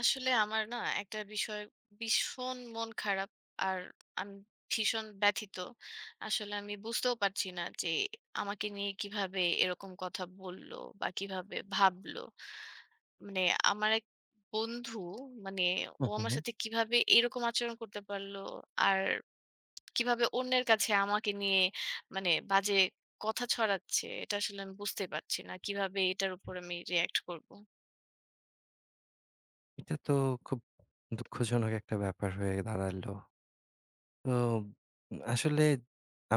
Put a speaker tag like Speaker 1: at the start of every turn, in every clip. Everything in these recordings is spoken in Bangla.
Speaker 1: আসলে আমার না একটা বিষয় ভীষণ মন খারাপ আর আমি ভীষণ ব্যথিত। আসলে আমি বুঝতেও পারছি না যে আমাকে নিয়ে কিভাবে এরকম কথা বলল বা কিভাবে ভাবলো। মানে আমার এক বন্ধু মানে ও
Speaker 2: হুম, হুম,
Speaker 1: আমার
Speaker 2: হুম।
Speaker 1: সাথে কিভাবে এরকম আচরণ করতে পারলো আর কিভাবে অন্যের কাছে আমাকে নিয়ে মানে বাজে কথা ছড়াচ্ছে এটা আসলে আমি বুঝতে পারছি না কিভাবে এটার উপর আমি রিঅ্যাক্ট করব।
Speaker 2: এটা তো খুব দুঃখজনক একটা ব্যাপার হয়ে দাঁড়ালো। তো আসলে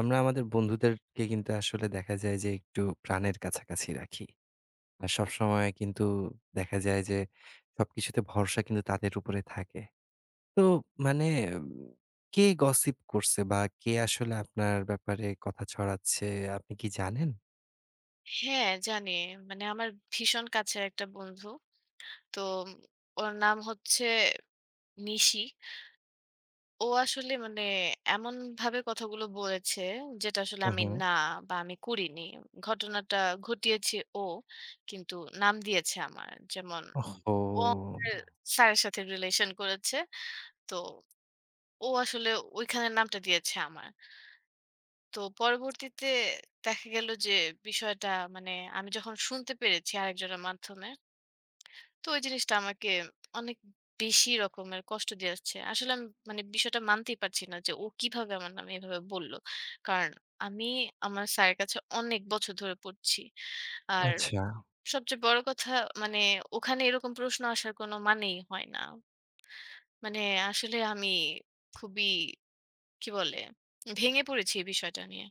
Speaker 2: আমরা আমাদের বন্ধুদেরকে কিন্তু আসলে দেখা যায় যে একটু প্রাণের কাছাকাছি রাখি। আর সবসময় কিন্তু দেখা যায় যে সবকিছুতে ভরসা কিন্তু তাদের উপরে থাকে। তো মানে উম, কে গসিপ করছে বা কে আসলে আপনার ব্যাপারে কথা ছড়াচ্ছে, আপনি কি জানেন?
Speaker 1: হ্যাঁ, জানি। মানে আমার ভীষণ কাছের একটা বন্ধু। তো ওর নাম হচ্ছে নিশি। ও আসলে মানে এমনভাবে কথাগুলো বলেছে যেটা আসলে
Speaker 2: হুম,
Speaker 1: আমি
Speaker 2: হুম।
Speaker 1: না বা আমি করিনি। ঘটনাটা ঘটিয়েছে ও, কিন্তু নাম দিয়েছে আমার। যেমন
Speaker 2: ওহহো!
Speaker 1: ও আমাদের স্যারের সাথে রিলেশন করেছে। তো ও আসলে ওইখানে নামটা দিয়েছে আমার। তো পরবর্তীতে দেখা গেল যে বিষয়টা মানে আমি যখন শুনতে পেরেছি আরেকজনের মাধ্যমে তো ওই জিনিসটা আমাকে অনেক বেশি রকমের কষ্ট দিয়ে যাচ্ছে। আসলে আমি মানে বিষয়টা মানতেই পারছি না যে ও কিভাবে আমার নামে এভাবে বলল। কারণ আমি আমার স্যারের কাছে অনেক বছর ধরে পড়ছি। আর
Speaker 2: আচ্ছা।
Speaker 1: সবচেয়ে বড় কথা মানে ওখানে এরকম প্রশ্ন আসার কোনো মানেই হয় না। মানে আসলে আমি খুবই কি বলে ভেঙে পড়েছি এই বিষয়টা নিয়ে।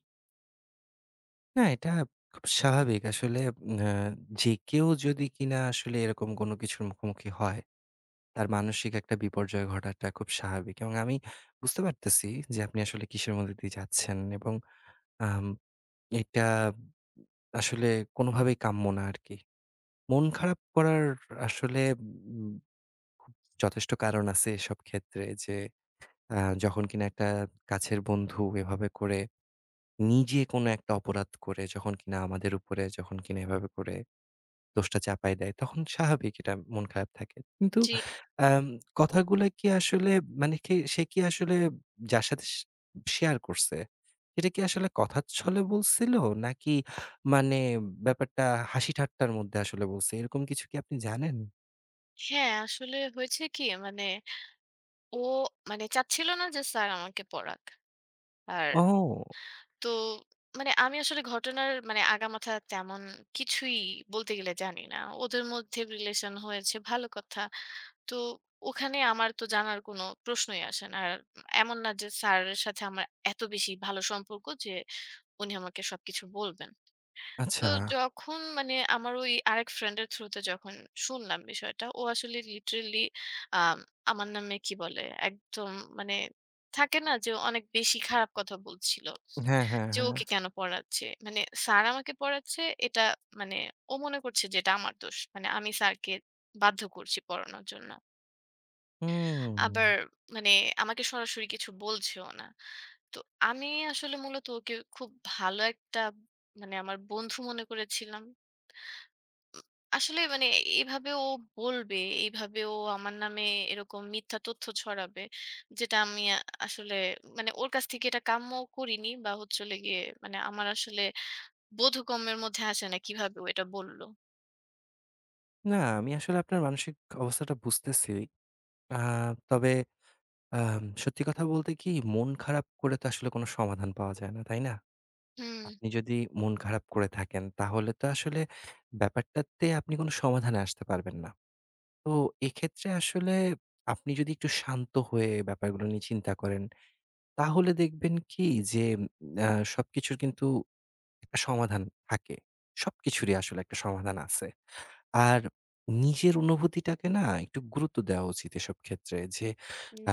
Speaker 2: না, এটা খুব স্বাভাবিক। আসলে আ যে কেউ যদি কিনা আসলে এরকম কোনো কিছুর মুখোমুখি হয়, তার মানসিক একটা বিপর্যয় ঘটাটা খুব স্বাভাবিক, এবং আমি বুঝতে পারতেছি যে আপনি আসলে কিসের মধ্যে দিয়ে যাচ্ছেন, এবং আম এটা আসলে কোনোভাবেই কাম্য না আরকি। মন খারাপ করার আসলে উম খুব যথেষ্ট কারণ আছে এসব ক্ষেত্রে যে আ যখন কিনা একটা কাছের বন্ধু এভাবে করে নিজে কোনো একটা অপরাধ করে, যখন কিনা আমাদের উপরে যখন কিনা এভাবে করে দোষটা চাপায় দেয়, তখন স্বাভাবিক এটা মন খারাপ থাকে। কিন্তু
Speaker 1: জি।
Speaker 2: আম কথাগুলা কি আসলে, মানে কি, সে কি আসলে যার সাথে শেয়ার করছে, সেটা কি আসলে কথার ছলে বলছিল? নাকি মানে ব্যাপারটা হাসি-ঠাট্টার মধ্যে আসলে বলছে? এরকম কিছু কি আপনি জানেন?
Speaker 1: হ্যাঁ, আসলে হয়েছে কি মানে ও মানে চাচ্ছিল না যে স্যার আমাকে পড়াক। আর
Speaker 2: ও!
Speaker 1: তো মানে আমি আসলে ঘটনার মানে আগামাথা তেমন কিছুই বলতে গেলে জানি না। ওদের মধ্যে রিলেশন হয়েছে ভালো কথা। তো ওখানে আমার তো জানার কোনো প্রশ্নই আসে না। আর এমন না যে স্যারের সাথে আমার এত বেশি ভালো সম্পর্ক যে উনি আমাকে সবকিছু বলবেন। তো
Speaker 2: আচ্ছা।
Speaker 1: যখন মানে আমার ওই আরেক ফ্রেন্ডের থ্রুতে যখন শুনলাম বিষয়টা, ও আসলে লিটারেলি আম আমার নামে কি বলে? একদম মানে থাকে না যে অনেক বেশি খারাপ কথা বলছিল।
Speaker 2: হ্যাঁ, হ্যাঁ,
Speaker 1: যে
Speaker 2: হ্যাঁ।
Speaker 1: ওকে কেন পড়াচ্ছে? মানে স্যার আমাকে পড়াচ্ছে এটা মানে ও মনে করছে যে এটা আমার দোষ। মানে আমি স্যারকে বাধ্য করছি পড়ানোর জন্য।
Speaker 2: হুম।
Speaker 1: আবার মানে আমাকে সরাসরি কিছু বলছেও না। তো আমি আসলে মূলত ওকে খুব ভালো একটা মানে আমার বন্ধু মনে করেছিলাম। আসলে মানে এভাবে ও বলবে, এইভাবে ও আমার নামে এরকম মিথ্যা তথ্য ছড়াবে, যেটা আমি আসলে মানে ওর কাছ থেকে এটা কাম্যও করিনি বা হচ্ছে হলো গিয়ে মানে আমার আসলে বোধগম্যের মধ্যে আসে না কিভাবে ও এটা বলল।
Speaker 2: না, আমি আসলে আপনার মানসিক অবস্থাটা বুঝতেছি। আ তবে সত্যি কথা বলতে কি, মন খারাপ করে তো আসলে কোনো সমাধান পাওয়া যায় না, তাই না?
Speaker 1: হুম,
Speaker 2: আপনি যদি মন খারাপ করে থাকেন তাহলে তো আসলে ব্যাপারটাতে আপনি কোনো সমাধানে আসতে পারবেন না। তো এক্ষেত্রে আসলে আপনি যদি একটু শান্ত হয়ে ব্যাপারগুলো নিয়ে চিন্তা করেন, তাহলে দেখবেন কি যে আ সবকিছুর কিন্তু একটা সমাধান থাকে। সবকিছুরই আসলে একটা সমাধান আছে। আর নিজের অনুভূতিটাকে না একটু গুরুত্ব দেওয়া উচিত এসব ক্ষেত্রে যে,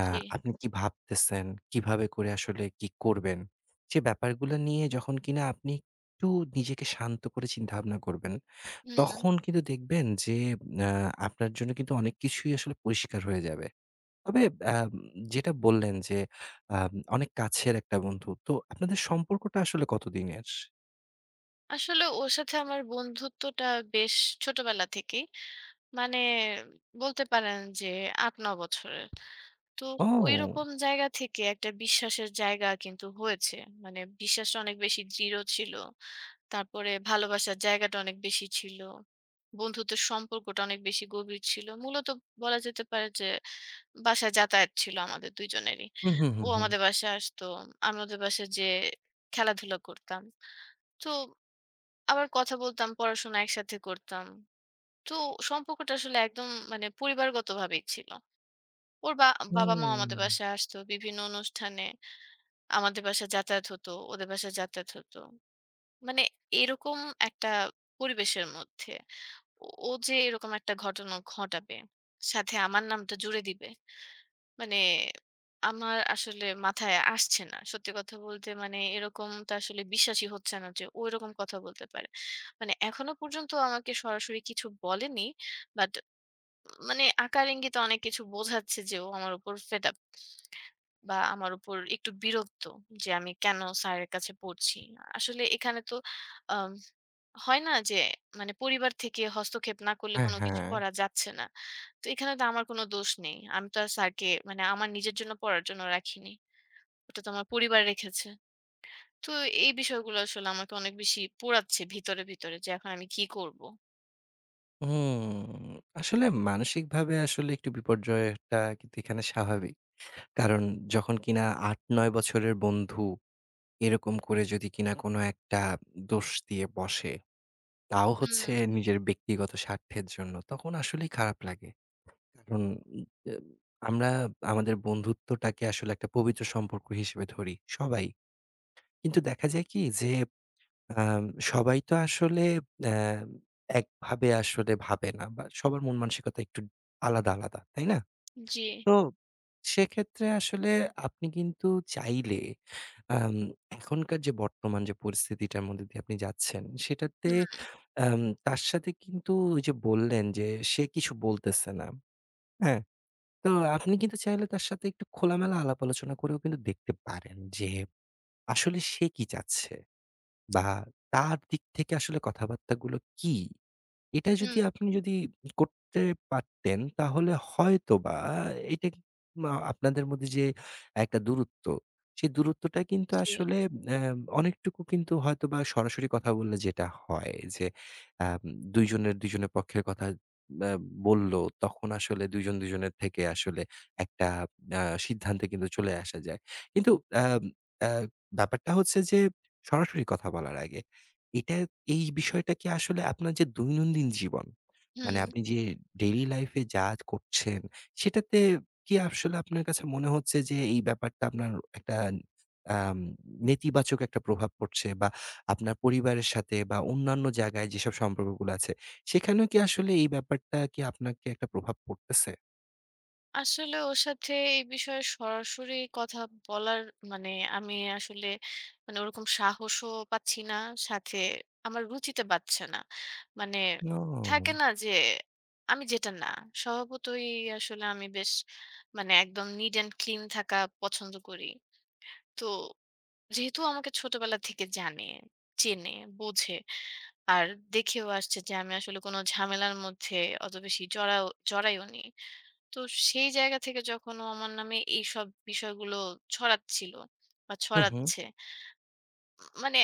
Speaker 2: আ
Speaker 1: জি।
Speaker 2: আপনি কি ভাবতেছেন, কিভাবে করে আসলে কি করবেন? সে ব্যাপারগুলো নিয়ে যখন কিনা আপনি একটু নিজেকে শান্ত করে চিন্তাভাবনা করবেন,
Speaker 1: হুম।
Speaker 2: তখন কিন্তু দেখবেন যে আ আপনার জন্য কিন্তু অনেক কিছুই আসলে পরিষ্কার হয়ে যাবে। তবে আম যেটা বললেন যে অনেক কাছের একটা বন্ধু। তো আপনাদের সম্পর্কটা আসলে কতদিনের?
Speaker 1: আসলে ওর সাথে আমার বন্ধুত্বটা বেশ ছোটবেলা থেকেই। মানে বলতে পারেন যে ৮-৯ বছরের। তো
Speaker 2: ও!
Speaker 1: ওইরকম জায়গা থেকে একটা বিশ্বাসের জায়গা কিন্তু হয়েছে। মানে বিশ্বাসটা অনেক বেশি দৃঢ় ছিল। তারপরে ভালোবাসার জায়গাটা অনেক বেশি ছিল। বন্ধুত্বের সম্পর্কটা অনেক বেশি গভীর ছিল। মূলত বলা যেতে পারে যে বাসায় যাতায়াত ছিল আমাদের ২ জনেরই।
Speaker 2: হুম, হুম,
Speaker 1: ও
Speaker 2: হুম, হুম।
Speaker 1: আমাদের বাসায় আসতো। আমি ওদের বাসায় যেয়ে খেলাধুলা করতাম। তো আবার কথা বলতাম, পড়াশোনা একসাথে করতাম। তো সম্পর্কটা আসলে একদম মানে পরিবারগতভাবেই ছিল। ওর বা বাবা-মাও
Speaker 2: হুম।
Speaker 1: আমাদের বাসায় আসতো বিভিন্ন অনুষ্ঠানে। আমাদের বাসায় যাতায়াত হতো, ওদের বাসায় যাতায়াত হতো। মানে এরকম একটা পরিবেশের মধ্যে ও ও যে এরকম একটা ঘটনা ঘটাবে, সাথে আমার নামটা জুড়ে দিবে। মানে আমার আসলে মাথায় আসছে না। সত্যি কথা বলতে মানে এরকমটা আসলে বিশ্বাসই হচ্ছে না যে ও এরকম কথা বলতে পারে। মানে এখনো পর্যন্ত আমাকে সরাসরি কিছু বলেনি। বাট মানে আকার ইঙ্গিতে অনেক কিছু বোঝাচ্ছে যে ও আমার উপর ফেড আপ বা আমার উপর একটু বিরক্ত যে আমি কেন স্যারের কাছে পড়ছি। আসলে এখানে তো আম হয় না যে মানে পরিবার থেকে হস্তক্ষেপ না করলে
Speaker 2: হ্যাঁ,
Speaker 1: কোনো
Speaker 2: হ্যাঁ।
Speaker 1: কিছু করা যাচ্ছে না। তো এখানে তো আমার কোনো দোষ নেই। আমি তো আর স্যারকে মানে আমার নিজের জন্য পড়ার জন্য রাখিনি। ওটা তো আমার পরিবার রেখেছে। তো এই বিষয়গুলো আসলে আমাকে অনেক বেশি পোড়াচ্ছে ভিতরে, ভিতরে যে এখন আমি কি করব?
Speaker 2: হুম, আসলে মানসিকভাবে আসলে একটু বিপর্যয়টা কিন্তু এখানে স্বাভাবিক। কারণ যখন কিনা ৮-৯ বছরের বন্ধু এরকম করে যদি কিনা কোনো একটা দোষ দিয়ে বসে, তাও হচ্ছে
Speaker 1: হুম,
Speaker 2: নিজের ব্যক্তিগত স্বার্থের জন্য, তখন আসলেই খারাপ লাগে। কারণ এ আমরা আমাদের বন্ধুত্বটাকে আসলে একটা পবিত্র সম্পর্ক হিসেবে ধরি সবাই। কিন্তু দেখা যায় কি যে আম সবাই তো আসলে অ্যা একভাবে আসলে ভাবে না, বা সবার মন মানসিকতা একটু আলাদা, আলাদা। তাই না?
Speaker 1: জি।
Speaker 2: তো সেক্ষেত্রে আসলে আপনি কিন্তু চাইলে আম এখনকার যে বর্তমান যে পরিস্থিতিটার মধ্যে দিয়ে আপনি যাচ্ছেন সেটাতে,
Speaker 1: হুম,
Speaker 2: আম তার সাথে কিন্তু ওই যে বললেন যে সে কিছু বলতেছে না। হ্যাঁ? তো আপনি কিন্তু চাইলে তার সাথে একটু খোলামেলা আলাপ আলোচনা করেও কিন্তু দেখতে পারেন যে আসলে সে কি চাচ্ছে। বা তার দিক থেকে আসলে কথাবার্তাগুলো কি? এটা যদি
Speaker 1: হুম,
Speaker 2: আপনি যদি করতে পারতেন তাহলে হয়তোবা এটা কি- মা আপনাদের মধ্যে যে একটা দূরত্ব, সেই দূরত্বটা কিন্তু
Speaker 1: জি।
Speaker 2: আসলে অ্যা অনেকটুকু কিন্তু হয়তোবা সরাসরি কথা বললে যেটা হয় যে, আম ২ জনের ২ জনের পক্ষের কথা অ্যা বলল, তখন আসলে ২ জন ২ জনের থেকে আসলে একটা সিদ্ধান্তে কিন্তু চলে আসা যায়। কিন্তু আম অ্যা ব্যাপারটা হচ্ছে যে সরাসরি কথা বলার আগে এটা এই বিষয়টা কি আসলে আপনার যে দৈনন্দিন জীবন, মানে
Speaker 1: হুম।
Speaker 2: আপনি যে ডেইলি লাইফ এ যা করছেন, সেটাতে কি আসলে আপনার কাছে মনে হচ্ছে যে এই ব্যাপারটা আপনার একটা আম নেতিবাচক একটা প্রভাব পড়ছে, বা আপনার পরিবারের সাথে বা অন্যান্য জায়গায় যেসব সম্পর্কগুলো আছে, সেখানেও কি আসলে এই ব্যাপারটা কি আপনাকে একটা প্রভাব পড়তেছে?
Speaker 1: আসলে ওর সাথে এই বিষয়ে সরাসরি কথা বলার মানে আমি আসলে মানে ওরকম সাহসও পাচ্ছি না সাথে আমার রুচিতে পাচ্ছে না। মানে থাকে
Speaker 2: ও!
Speaker 1: না যে আমি যেটা না স্বভাবতই আসলে আমি বেশ মানে একদম নিড অ্যান্ড ক্লিন থাকা পছন্দ করি। তো যেহেতু আমাকে ছোটবেলা থেকে জানে, চেনে, বোঝে আর দেখেও আসছে যে আমি আসলে কোনো ঝামেলার মধ্যে অত বেশি জড়াইওনি। তো সেই জায়গা থেকে যখন ও আমার নামে এইসব বিষয়গুলো ছড়াচ্ছিল বা
Speaker 2: হু, হু,
Speaker 1: ছড়াচ্ছে মানে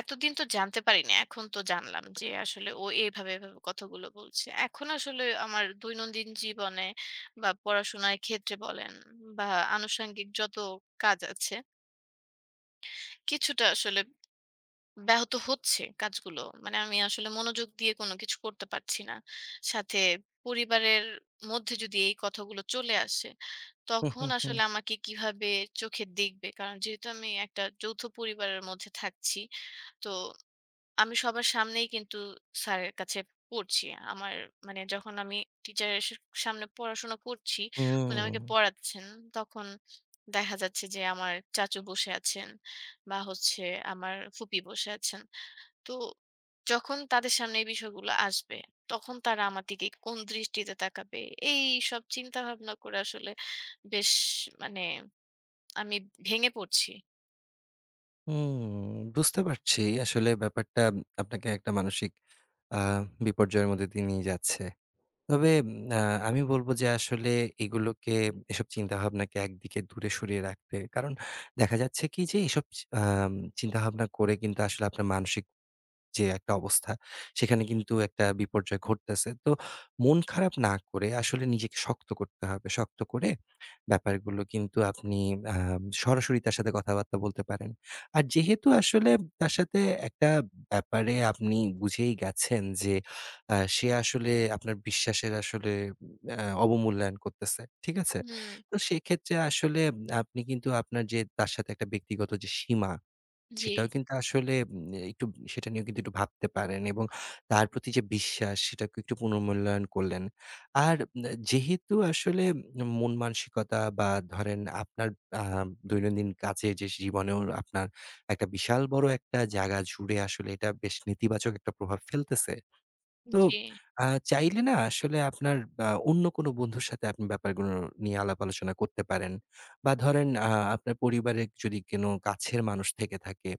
Speaker 1: এতদিন তো জানতে পারিনি এখন তো জানলাম যে আসলে ও এভাবে কথাগুলো বলছে এখন আসলে আমার দৈনন্দিন জীবনে বা পড়াশোনার ক্ষেত্রে বলেন বা আনুষঙ্গিক যত কাজ আছে কিছুটা আসলে ব্যাহত হচ্ছে কাজগুলো মানে আমি আসলে মনোযোগ দিয়ে কোনো কিছু করতে পারছি না সাথে পরিবারের মধ্যে যদি এই কথাগুলো চলে আসে
Speaker 2: হু,
Speaker 1: তখন
Speaker 2: হু, হু,
Speaker 1: আসলে আমাকে কিভাবে চোখে দেখবে? কারণ যেহেতু আমি একটা যৌথ পরিবারের মধ্যে থাকছি, তো আমি সবার সামনেই কিন্তু স্যারের কাছে পড়ছি। আমার মানে যখন আমি টিচারের সামনে পড়াশোনা করছি, উনি
Speaker 2: হুম।
Speaker 1: আমাকে পড়াচ্ছেন, তখন দেখা যাচ্ছে যে আমার চাচু বসে আছেন বা হচ্ছে আমার ফুপি বসে আছেন। তো যখন তাদের সামনে এই বিষয়গুলো আসবে, তখন তারা আমার দিকে কোন দৃষ্টিতে তাকাবে? এইসব চিন্তা ভাবনা করে আসলে বেশ মানে আমি ভেঙে পড়ছি।
Speaker 2: হুম, বুঝতে পারছি। আসলে ব্যাপারটা আপনাকে একটা মানসিক আ বিপর্যয়ের মধ্যে দিয়ে নিয়ে যাচ্ছে। তবে আ আমি বলব যে আসলে এগুলোকে, এসব চিন্তাভাবনাকে একদিকে দূরে সরিয়ে রাখতে। কারণ দেখা যাচ্ছে কি যে এসব চি আম চিন্তাভাবনা করে কিন্তু আসলে আপনার মানসিক যে একটা অবস্থা, সেখানে কিন্তু একটা বিপর্যয় ঘটতেছে। তো মন খারাপ না করে আসলে নিজেকে শক্ত করতে হবে। শক্ত করে ব্যাপারগুলো কিন্তু আপনি আ সরাসরি তার সাথে কথাবার্তা বলতে পারেন। আর যেহেতু আসলে তার সাথে একটা ব্যাপারে আপনি বুঝেই গেছেন যে সে আসলে আপনার বিশ্বাসের আসলে আ অবমূল্যায়ন করতেছে। ঠিক আছে?
Speaker 1: হুম,
Speaker 2: তো সেক্ষেত্রে আসলে আপনি কিন্তু আপনার যে তার সাথে একটা ব্যক্তিগত যে সীমা,
Speaker 1: জি,
Speaker 2: সেটাও কিন্তু আসলে একটু সেটা নিয়েও কিন্তু একটু ভাবতে পারেন এবং তার প্রতি যে বিশ্বাস সেটাকে একটু পুনর্মূল্যায়ন করলেন। আর যেহেতু আসলে মন মানসিকতা বা ধরেন আপনার আ দৈনন্দিন কাজে যে জীবনেও আপনার একটা বিশাল বড় একটা জায়গা জুড়ে আসলে এটা বেশ নেতিবাচক একটা প্রভাব ফেলতেছে। তো
Speaker 1: জি।
Speaker 2: আ চাইলে না আসলে আপনার অন্য কোনো বন্ধুর সাথে আপনি ব্যাপারগুলো নিয়ে আলাপ আলোচনা করতে পারেন। বা ধরেন আপনার পরিবারের যদি কোনো কাছের মানুষ থেকে থাকে,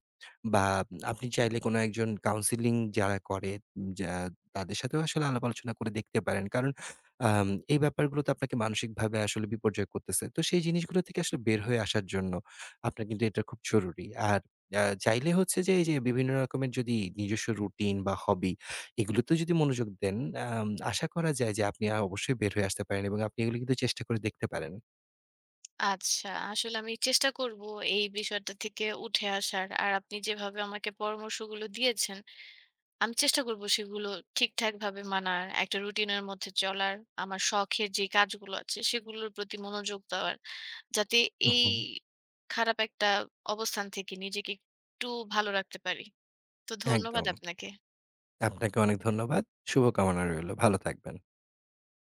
Speaker 2: বা আপনি চাইলে কোনো একজন কাউন্সেলিং যারা করে, উম, যা তাদের সাথেও আসলে আলাপ আলোচনা করে দেখতে পারেন। কারণ আম এই ব্যাপারগুলো তো আপনাকে মানসিকভাবে আসলে বিপর্যয় করতেছে। তো সেই জিনিসগুলো থেকে আসলে বের হয়ে আসার জন্য আপনার কিন্তু এটা খুব জরুরি। আর চাইলে হচ্ছে যে, এই যে বিভিন্ন রকমের যদি নিজস্ব রুটিন বা হবি এগুলোতেও যদি মনোযোগ দেন, আশা করা যায় যে আপনি অবশ্যই বের হয়ে আসতে পারেন এবং আপনি এগুলো কিন্তু চেষ্টা করে দেখতে পারেন।
Speaker 1: আচ্ছা, আসলে আমি চেষ্টা করব এই বিষয়টা থেকে উঠে আসার। আর আপনি যেভাবে আমাকে পরামর্শগুলো দিয়েছেন, আমি চেষ্টা করব সেগুলো ঠিকঠাকভাবে মানার, একটা রুটিনের মধ্যে চলার, আমার শখের যে কাজগুলো আছে সেগুলোর প্রতি মনোযোগ দেওয়ার। যাতে
Speaker 2: হুম,
Speaker 1: এই
Speaker 2: হুম।
Speaker 1: খারাপ একটা অবস্থান থেকে নিজেকে একটু ভালো রাখতে পারি। তো ধন্যবাদ
Speaker 2: একদম।
Speaker 1: আপনাকে।
Speaker 2: আপনাকে অনেক ধন্যবাদ। শুভকামনা রইলো। ভালো থাকবেন।